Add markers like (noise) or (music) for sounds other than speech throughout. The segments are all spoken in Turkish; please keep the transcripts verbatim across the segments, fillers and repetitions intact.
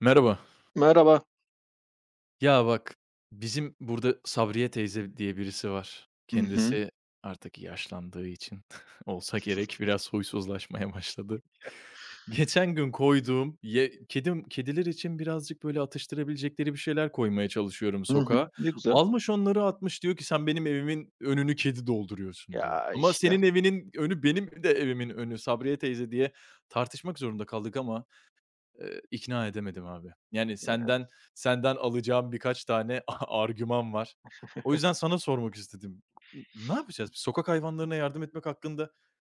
Merhaba. Merhaba. Ya bak, bizim burada Sabriye teyze diye birisi var. Hı hı. Kendisi artık yaşlandığı için (laughs) olsa gerek biraz huysuzlaşmaya başladı. Geçen gün koyduğum ye kedim kediler için birazcık böyle atıştırabilecekleri bir şeyler koymaya çalışıyorum Hı hı. sokağa. Ne güzel. Almış onları atmış diyor ki sen benim evimin önünü kedi dolduruyorsun diyor. Ya, Ama işte, senin evinin önü benim de evimin önü Sabriye teyze diye tartışmak zorunda kaldık ama Eee, ikna edemedim abi. Yani senden senden alacağım birkaç tane (laughs) argüman var. O yüzden sana sormak istedim. N ne yapacağız? Biz sokak hayvanlarına yardım etmek hakkında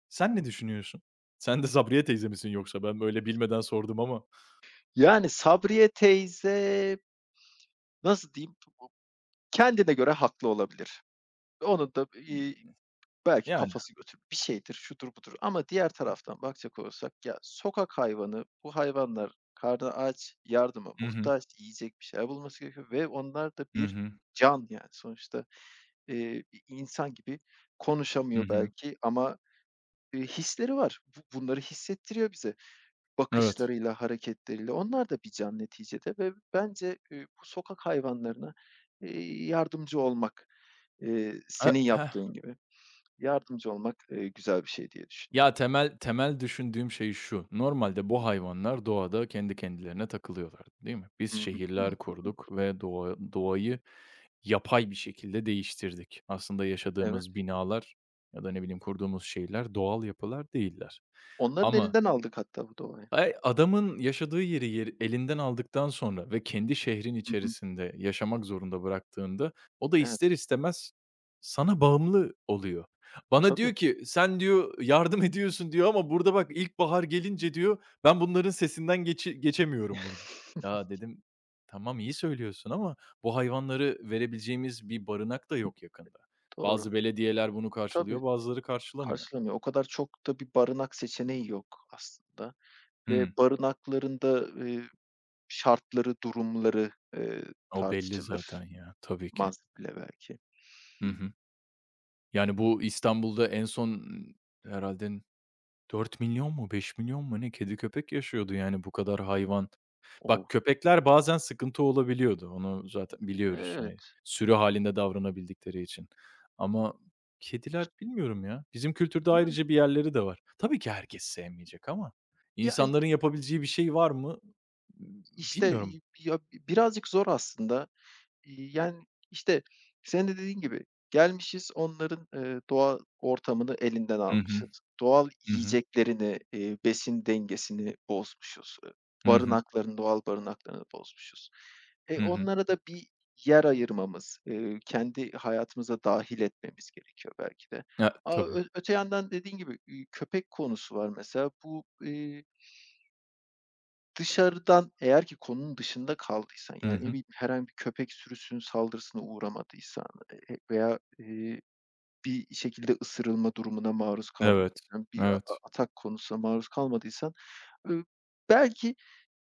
sen ne düşünüyorsun? Sen de Sabriye teyze misin yoksa? Ben böyle bilmeden sordum ama. yani, Sabriye teyze, nasıl diyeyim, kendine göre haklı olabilir. Onun da, iii, belki Yani. kafası götür bir şeydir, şudur budur ama diğer taraftan bakacak olursak, ya, sokak hayvanı, bu hayvanlar karnı aç, yardıma Hı hı. muhtaç, yiyecek bir şeyler bulması gerekiyor ve onlar da Hı bir hı. can, yani, sonuçta, eee, bir insan gibi Hı konuşamıyor hı. belki ama, eee, hisleri var. Bu bunları hissettiriyor bize. Evet. Bakışlarıyla, hareketleriyle onlar da bir can neticede ve bence, eee, bu sokak hayvanlarına, eee, yardımcı olmak, eee, senin E yaptığın gibi yardımcı olmak, eee, güzel bir şey diye düşünüyorum. Ya, temel temel düşündüğüm şey şu: Normalde bu hayvanlar doğada kendi kendilerine takılıyorlardı, değil mi? Biz Hı hı. şehirler Hıı. kurduk ve doğa doğayı yapay bir şekilde değiştirdik. Aslında Evet. yaşadığımız binalar ya da ne bileyim kurduğumuz şeyler doğal yapılar değiller. Onların Ama elinden aldık hatta bu doğayı. Ay, adamın yaşadığı yeri yeri elinden aldıktan sonra ve kendi şehrin Hı hı. içerisinde yaşamak zorunda bıraktığında o da Evet. ister istemez sana bağımlı oluyor. Bana Tabii. diyor ki, "Sen," diyor, "yardım ediyorsun." diyor "Ama burada bak ilkbahar gelince," diyor, "ben bunların sesinden geçi geçemiyorum burada." (laughs) Ya dedim, "Tamam, iyi söylüyorsun ama bu hayvanları verebileceğimiz bir barınak da yok yakında." Doğru. Bazı belediyeler bunu Tabii, karşılıyor, bazıları karşılamıyor. karşılamıyor. O kadar çok da bir barınak seçeneği yok aslında Hımm. ve barınaklarında da, şartları, durumları, eee, O belli tartışılır. zaten ya. Tabii ki. Maz bile belki. Hı hı. Yani, bu İstanbul'da en son herhalde herhâlde milyon mu beş milyon mu ne kedi köpek yaşıyordu, yani, bu kadar hayvan. Bak, O köpekler bazen sıkıntı olabiliyordu. Onu zaten biliyoruz, hani, Evet. sürü halinde davranabildikleri için. Ama kediler bilmiyorum ya. Bizim kültürde Yani, ayrıca bir yerleri de var. Tabii ki herkes sevmeyecek ama ya, insanların yapabileceği bir şey var mı? işte, Bilmiyorum. ya, birazcık zor aslında. Yani, işte, senin de dediğin gibi gelmişiz onların, eee, doğal ortamını elinden Hı hı. almışız. Doğal Hı hı. yiyeceklerini, eee, besin dengesini bozmuşuz. Eee, Hı hı. barınaklarını, doğal barınaklarını bozmuşuz. E, Hı hı. onlara da bir yer ayırmamız, eee, kendi hayatımıza dahil etmemiz gerekiyor belki de. Ya, A tabii. ö öte yandan dediğin gibi, iii, köpek konusu var mesela. Bu, eee Dışarıdan eğer ki konunun dışında kaldıysan, Hı yani, ne hı. bileyim, herhangi bir köpek sürüsünün saldırısına uğramadıysan, eee, veya, eee, bir şekilde ısırılma durumuna maruz Evet. kalmadıysan, bir a a Evet. atak konusuna maruz kalmadıysan, ııı, belki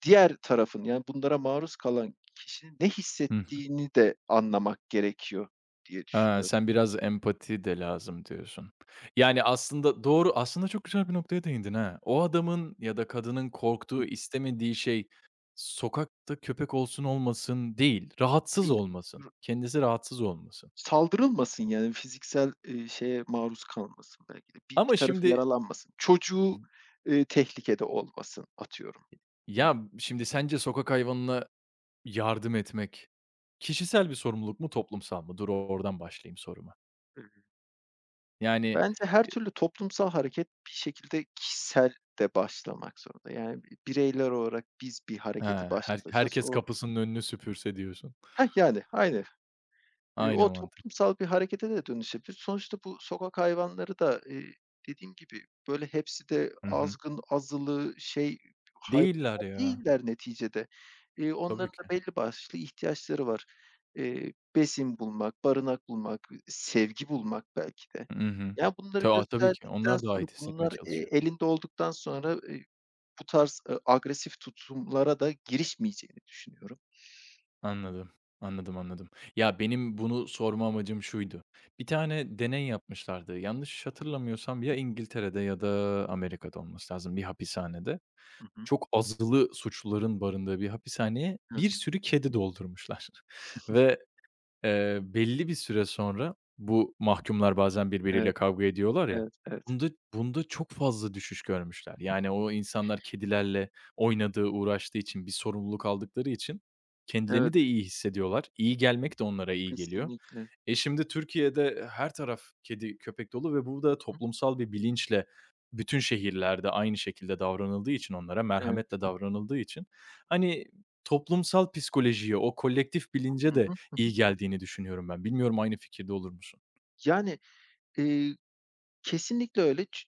diğer tarafın, yani, bunlara maruz kalan kişinin ne Hı. hissettiğini de anlamak gerekiyor diye Ha, düşünüyorum. sen biraz empati de lazım diyorsun. Yani, aslında doğru, aslında çok güzel bir noktaya değindin ha. O adamın ya da kadının korktuğu, istemediği şey sokakta köpek olsun olmasın değil, rahatsız Değil olmasın. Kendisi rahatsız olmasın. Saldırılmasın yani fiziksel, eee, şeye maruz kalmasın belki de. Bir bir Ama tarafı şimdi, yaralanmasın. Çocuğu, eee, tehlikede olmasın atıyorum. ya, şimdi sence sokak hayvanına yardım etmek kişisel bir sorumluluk mu, toplumsal mı? Dur, oradan başlayayım soruma. Hı Yani, Bence her türlü toplumsal hareket bir şekilde kişisel de başlamak zorunda. Yani bireyler olarak biz bir eee, hareketi her başlatacağız. herkes O kapısının önünü süpürse diyorsun. Heh, yani aynen. Eee, o Aynı mantık. toplumsal bir harekete de dönüşebilir. Sonuçta bu sokak hayvanları da, eee, dediğim gibi, böyle, hepsi de Hı hı. azgın, azılı, şey, Değiller hayvanlar ya. değiller neticede. Eee, Tabii onların ki. da belli başlı ihtiyaçları var. Eee, besin bulmak, barınak bulmak, sevgi bulmak belki de. Hı hı. Ya, bunları Ta tabii ki. gösterdikten Onlar da sonra, ait hissetmeye bunlar, eee, çalışıyor. elinde olduktan sonra, eee, bu tarz, eee, agresif tutumlara da girişmeyeceğini düşünüyorum. Anladım, anladım, anladım. Ya, benim bunu sorma amacım şuydu. Bir tane deney yapmışlardı. Yanlış hatırlamıyorsam ya İngiltere'de ya da Amerika'da olması lazım bir hapishanede. Hı hı. Çok azılı suçluların barındığı bir hapishaneye Evet, bir sürü kedi doldurmuşlar (laughs) ve Eee, belli bir süre sonra bu mahkumlar bazen birbiriyle evet, kavga ediyorlar ya, evet, evet. bunda bunda çok fazla düşüş görmüşler. Yani o insanlar kedilerle Hı, oynadığı, uğraştığı için, bir sorumluluk aldıkları için evet. kendilerini de iyi hissediyorlar. İyi gelmek de onlara iyi geliyor. Kesinlikle. Hı E, şimdi Türkiye'de e, her taraf kedi, köpek dolu ve bu da hı. toplumsal bir bilinçle bütün şehirlerde aynı şekilde davranıldığı için onlara Evet. merhametle davranıldığı için, hani, toplumsal psikolojiye, o kolektif bilince Hı hı. de Hı hı. iyi geldiğini düşünüyorum ben. Bilmiyorum aynı fikirde olur musun? Yani, eee, kesinlikle öyle. Çü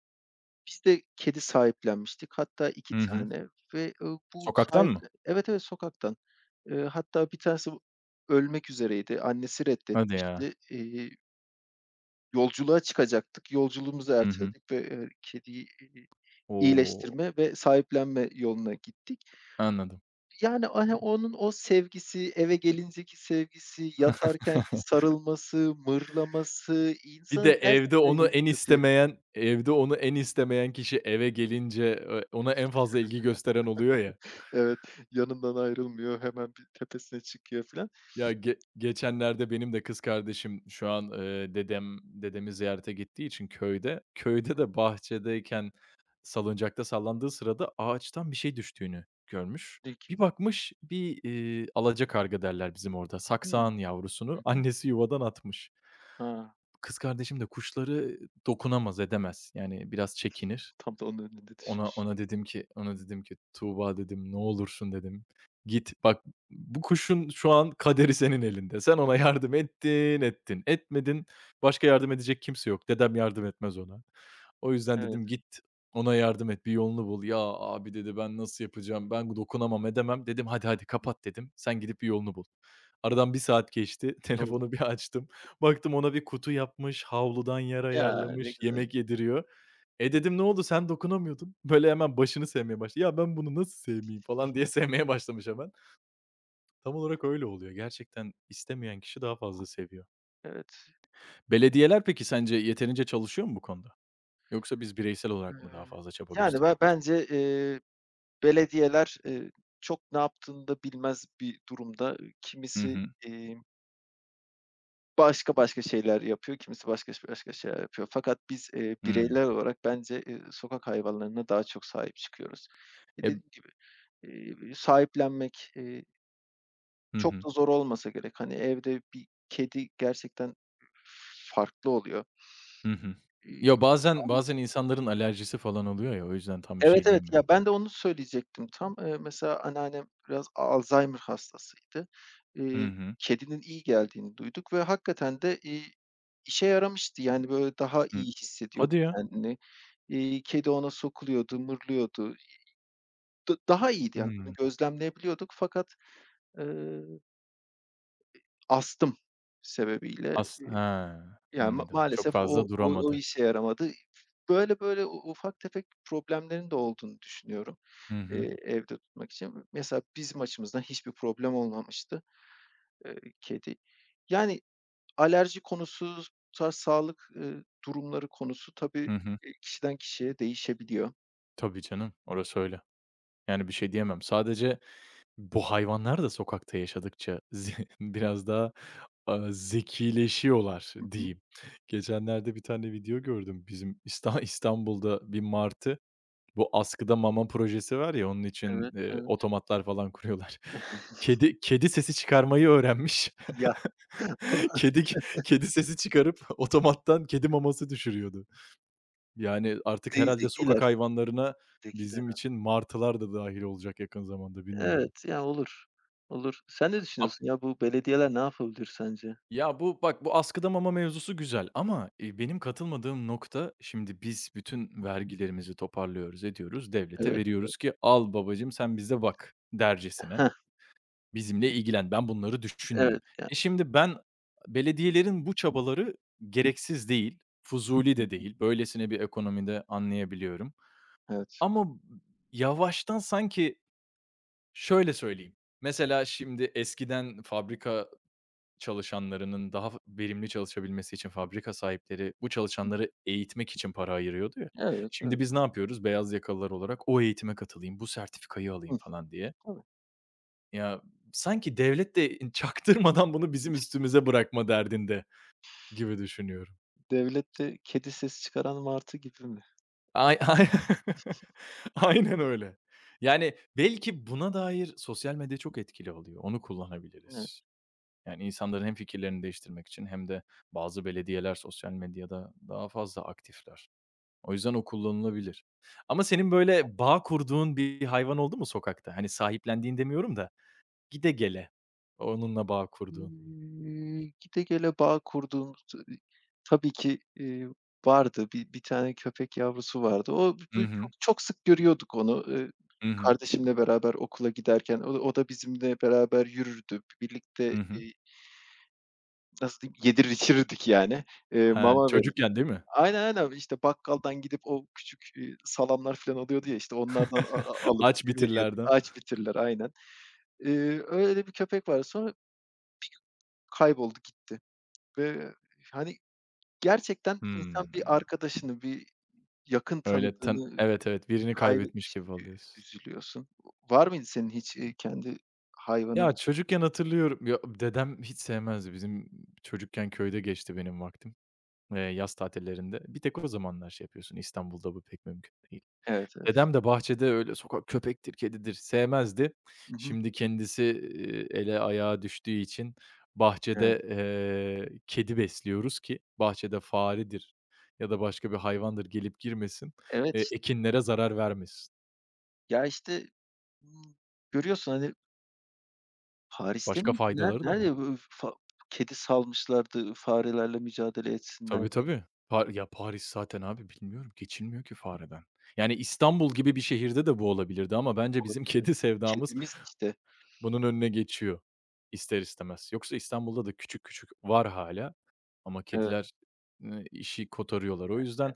biz de kedi sahiplenmiştik. Hatta iki Hı hı. tane ve, ııı, bu Sokaktan mı? sahiple evet, evet, sokaktan. Eee, hatta bir tanesi bu ölmek üzereydi. Annesi Hadi ya. reddetmişti. Eee, yolculuğa çıkacaktık. Yolculuğumuzu Hı hı. erteledik ve, eee, kediyi, eee, O! iyileştirme ve sahiplenme yoluna gittik. Anladım. Yani, hani, onun o sevgisi, eve gelinceki sevgisi, yatarkenki (laughs) sarılması, mırlaması Bir de insanı evde gerçekten onu en yumuşatıyor. istemeyen evde onu en istemeyen kişi eve gelince, eee, ona en fazla ilgi gösteren oluyor ya. Evet, yanından ayrılmıyor, hemen bir tepesine çıkıyor filan. Ya, ge geçenlerde benim de kız kardeşim şu an, eee, dedem dedemi ziyarete gittiği için köyde, köyde de bahçedeyken salıncakta sallandığı sırada ağaçtan bir şey düştüğünü görmüş. Diyor ki: Bir bakmış bir, iii, alacakarga derler bizim orada, "Hımm, saksağan hı yavrusunu hı. annesi yuvadan atmış. A, Kız kardeşim de kuşları dokunamaz, edemez. Yani biraz çekinir. tam da onun önünde Ona düşmüş. ona dedim ki ona dedim ki "Tuğba" dedim, "Ne olursun" dedim, "Git bak bu kuşun şu an kaderi senin elinde. Sen ona yardım ettin, ettin. Etmedin, başka yardım edecek kimse yok. Dedem yardım etmez ona. O yüzden" Evet, dedim, "Git ona yardım et, bir yolunu bul." "Ya abi" dedi, "Ben nasıl yapacağım? Ben dokunamam, edemem." Dedim, "Hadi, hadi kapat." dedim. "Sen gidip bir yolunu bul." Aradan bir saat geçti. (laughs) ne oldu?" Telefonu bir açtım. Baktım ona bir kutu yapmış, havludan yer Ya, ne ayarlamış, güzel. yemek yediriyor. E, dedim, "Ne oldu? Sen dokunamıyordun." (laughs) Böyle hemen başını sevmeye başladı. "Ya, ben bunu nasıl sevmeyeyim?" falan diye (laughs) sevmeye başlamış hemen. Tam olarak öyle oluyor. Gerçekten istemeyen kişi daha fazla seviyor. Evet. Belediyeler peki sence yeterince çalışıyor mu bu konuda? Yoksa biz bireysel olarak mı daha Eee, fazla çaba yani, ben gösteriyoruz? bence, eee, belediyeler, eee, çok ne yaptığını da bilmez bir durumda. Hı Kimisi, hı. eee başka başka şeyler yapıyor, kimisi başka başka şeyler yapıyor. Fakat biz, eee, Hımm. bireyler olarak bence, eee, sokak hayvanlarına daha çok sahip çıkıyoruz. E, Eb dediğim gibi, eee, sahiplenmek, eee, Hı çok hı. da zor olmasa gerek. Hani, evde bir kedi gerçekten farklı oluyor. Hı hı. İii, Ya, bazen ama. bazen insanların alerjisi falan oluyor ya, o yüzden tam bir Evet, şey evet. Ya, diyemiyorum. ben de onu söyleyecektim tam. Eee, mesela anneannem biraz Alzheimer hastasıydı. Hı Eee, hı. kedinin iyi geldiğini duyduk ve hakikaten de, iii, işe yaramıştı. Yani, böyle, daha Hı. iyi hissediyordu Hadi ya. kendini. İii, kedi ona sokuluyordu, mırlıyordu. Da daha iyiydi, yani, bunu Hımm. gözlemleyebiliyorduk fakat, eee, astım sebebiyle, As He, yani, ma Anladım. Çok maalesef o fazla o o duramadı. işe yaramadı. Böyle, böyle u ufak tefek problemlerin de olduğunu düşünüyorum. Hı hı. Eee, evde tutmak için. Mesela bizim açımızdan hiçbir problem olmamıştı, eee, kedi. Yani alerji konusu, bu tarz sağlık, eee, durumları konusu tabii, Hı hı. eee, kişiden kişiye değişebiliyor. Tabii canım, orası öyle. Yani, bir şey diyemem. Sadece bu hayvanlar da sokakta yaşadıkça ze (laughs) biraz daha, aaa, zekileşiyorlar Hı hı. diyeyim. Geçenlerde bir tane video gördüm. Bizim İsta İstanbul'da bir martı, bu askıda mama projesi var ya, onun için, Evet, eee, evet. otomatlar falan kuruyorlar. (laughs) Kedi kedi sesi çıkarmayı öğrenmiş. Ya, (laughs) (laughs) Kedi kedi sesi çıkarıp otomattan kedi maması düşürüyordu. Yani, artık ze herhalde sokak zekiler, hayvanlarına zekiler bizim ha. için martılar da dâhil olacak yakın zamanda, bilmiyorum. Evet, ya olur, olur. Sen ne Ab düşünüyorsun ya? Bu belediyeler ne yapabilir sence? Ya, bu bak, bu askıda mama mevzusu güzel ama, eee, benim katılmadığım nokta şimdi biz bütün vergilerimizi toparlıyoruz, ediyoruz, devlete Evet, veriyoruz ki "Al babacığım sen bize bak." dercesine. heh, "Bizimle ilgilen, ben bunları düşünmeyeyim." evet yani. E, şimdi ben belediyelerin bu çabaları gereksiz değil, fuzuli de değil. Böylesine bir ekonomide anlayabiliyorum Evet. ama yavaştan sanki. Şöyle söyleyeyim, mesela şimdi eskiden fabrika çalışanlarının daha f verimli çalışabilmesi için fabrika sahipleri bu çalışanları eğitmek için para ayırıyordu ya. Evet, Şimdi evet. biz ne yapıyoruz? Beyaz yakalılar olarak o eğitime katılayım, bu sertifikayı Hı, alayım falan diye. tabii. Ya, sanki devlet de (laughs) çaktırmadan bunu bizim üstümüze bırakma derdinde gibi düşünüyorum. Devlette kedi sesi çıkaran martı gibi mi? Ay ay (laughs) Aynen öyle. Yani belki buna dair sosyal medya çok etkili oluyor. Onu kullanabiliriz. Yani, insanların hem fikirlerini değiştirmek için hem de bazı belediyeler sosyal medyada daha fazla aktifler. O yüzden o kullanılabilir. Ama senin böyle bağ kurduğun bir hayvan oldu mu sokakta? Hani, sahiplendiğin demiyorum da gide gele onunla bağ kurduğun. Eee, gide gele bağ kurduğumuz, tabii ki, eee, vardı. Bir bir tane köpek yavrusu vardı. O Hı böyle hı. çok çok sık görüyorduk onu. Eee, Hı hı. kardeşimle beraber okula giderken o da o da bizimle beraber yürürdü. Birlikte, Hı hı. eee, nasıl diyeyim, yedirir içirirdik yani. Eee, He, mama verirdik. çocukken değil mi? Aynen, aynen. İşte bakkaldan gidip o küçük, eee, salamlar filan oluyordu ya, işte onlardan a a (laughs) alıp Aç veriyorduk. bitirlerden. Ağaç bitirler aynen. Eee, öyle bir köpek vardı. Sonra kayboldu gitti. Ve, hani, gerçekten insan bir Hımm. arkadaşını, bir yakın Öyle tan tanıdığını Evet, evet, birini kaybetmiş kaybetmiş gibi gibi oluyorsun. üzülüyorsun. Var mıydı senin hiç, eee, kendi hayvanın? Ya, çocukken hatırlıyorum. Ya, dedem hiç sevmezdi. Bizim çocukken köyde geçti benim vaktim. Eee, yaz tatillerinde. Bir tek o zamanlar şey yapıyorsun. İstanbul'da bu pek mümkün değil. Evet, evet. Dedem de bahçede öyle sokak köpektir, kedidir sevmezdi. Hı hı. Şimdi kendisi, eee, ele ayağa düştüğü için Evet. bahçede, eee, kedi besliyoruz ki bahçede faredir ya da başka bir hayvandır gelip girmesin, Evet, eee, iş ekinlere zarar vermesin. ya, işte, ımm, görüyorsun, hani, Paris'te Başka miydi? Ner faydaları da var. nerede bu fa kedi salmışlardı farelerle mücadele etsinler Tabii, diye. tabii. Pa ya, Paris zaten abi bilmiyorum, geçilmiyor ki fareden. Yani İstanbul gibi bir şehirde de bu olabilirdi ama bence bizim (laughs) Olabilir mi? kedi sevdamız Kedimiz, işte. bunun önüne geçiyor ister istemez. Yoksa İstanbul'da da küçük küçük var hala, ama Evet. kediler, eee, işi kotarıyorlar. O yüzden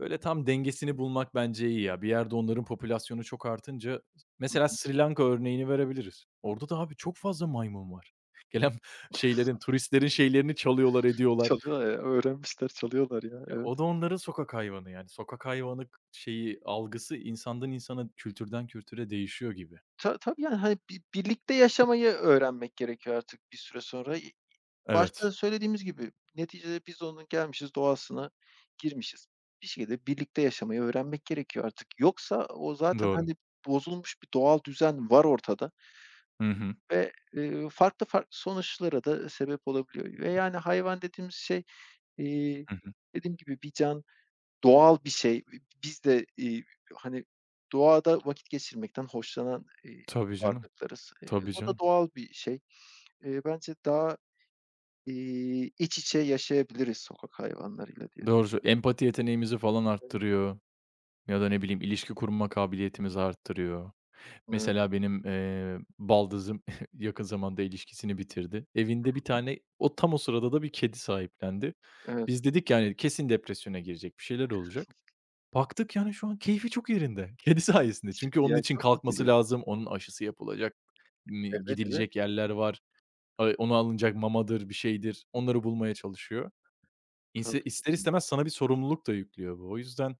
böyle tam dengesini bulmak bence iyi ya. Bir yerde onların popülasyonu çok artınca Hı mesela hı. Sri Lanka örneğini verebiliriz. Orada da abi çok fazla maymun var. (laughs) Gelen şeylerin, turistlerin şeylerini çalıyorlar, ediyorlar. Çalıyorlar ya, öğrenmişler, çalıyorlar ya. Ya, Evet. o da onların sokak hayvanı yani. Sokak hayvanı k şeyi, algısı insandan insana, kültürden kültüre değişiyor gibi. Ta tabii, yani, hani, bi birlikte yaşamayı öğrenmek gerekiyor artık bir süre sonra. İ başta Evet, da söylediğimiz gibi neticede biz onun gelmişiz, doğasına girmişiz. Bir şekilde birlikte yaşamayı öğrenmek gerekiyor artık. Yoksa o zaten, doğru. hani, bozulmuş bir doğal düzen var ortada Hı hı. ve, eee, farklı farklı sonuçlara da sebep olabiliyor ve, yani, hayvan dediğimiz şey, eee, Hı hı. dediğim gibi bir can. Doğal bir şey. Biz de, iii, hani, doğada vakit geçirmekten hoşlanan, eee, Tabii canım. varlıklarız. Eee, Tabii o da canım. doğal bir şey. Eee, bence daha, iii, iç içe yaşayabiliriz sokak hayvanlarıyla diye Doğru empati yeteneğimizi falan düşünüyorum. arttırıyor ya da ne bileyim ilişki kurma kabiliyetimizi arttırıyor. Evet, Mesela benim, eee, baldızım (laughs) yakın zamanda ilişkisini bitirdi. Evinde bir tane o tam o sırada da bir kedi sahiplendi. evet. Biz dedik, yani, kesin depresyona girecek, bir şeyler olacak. Baktık, yani, şu an keyfi çok yerinde. (laughs) Kedi sayesinde. Ş Çünkü onun ya, için çok iyi kalkması geliyor. lazım, onun aşısı yapılacak, mi Evet, evet. gidilecek yerler var, aaa, ona alınacak mamadır, bir şeydir. Onları bulmaya çalışıyor. İnse Tabii, ister kesinlikle. istemez sana bir sorumluluk da yüklüyor bu. O yüzden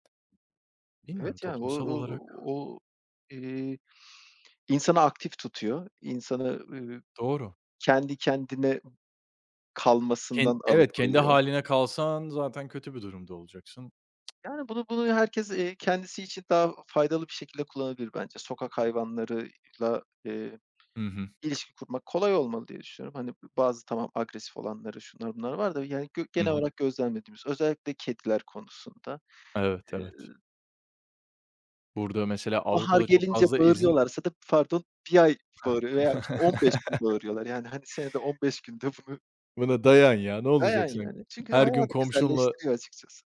bilmiyorum Evet, ya, o toplumsal o olarak o, eee, insanı aktif tutuyor. İnsanı, ııı, doğru. kendi kendine Ken kalmasından Evet, kendi alıkoyuyor. hâline kalsan zaten kötü bir durumda olacaksın. Yani, bunu bunu herkes, eee, kendisi için daha faydalı bir şekilde kullanabilir bence. Sokak hayvanlarıyla, eee, Hı hı. ilişki kurmak kolay olmalı diye düşünüyorum. Hani, bazı tamam agresif olanları, şunlar bunlar var da, yani, gö Hı genel hı. olarak gözlemlediğimiz, özellikle kediler konusunda, Evet, eee, evet. Burada mesela bahar Avrupa'da çok gelince fazla izin. bağırıyorlarsa da pardon, bir ay bağırıyor veya, işte, (laughs) on beş gün bağırıyorlar. Yani, hani, senede on beş günde bunu (laughs) Buna dayan ya, ne dayan, olacak sanki? yani. Çünkü Her gün hayatı komşunla. güzelleştiriyor açıkçası.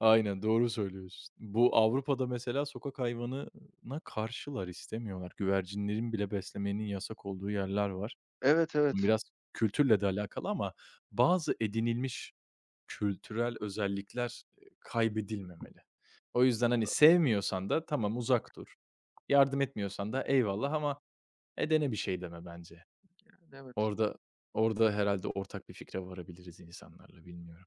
Aynen, doğru söylüyorsun. Bu Avrupa'da mesela sokak hayvanına karşılar, istemiyorlar. Güvercinlerin bile beslemenin yasak olduğu yerler var. Evet, evet. Biraz kültürle de alakalı ama bazı edinilmiş kültürel özellikler, eee, kaybedilmemeli. O yüzden, hani, sevmiyorsan da tamam uzak dur. Yardım etmiyorsan da eyvallah ama edene bir şey deme bence. Yani, evet. Orada orada herhalde ortak bir fikre varabiliriz insanlarla, bilmiyorum.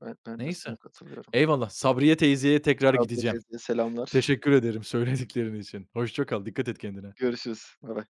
Ben ben de Neyse, sana katılıyorum. eyvallah. Sabriye teyzeye tekrar Safiye gideceğim. teyzeye selamlar. Teşekkür ederim söylediklerin için. Hoşça kal, dikkat et kendine. Görüşürüz. Baybay.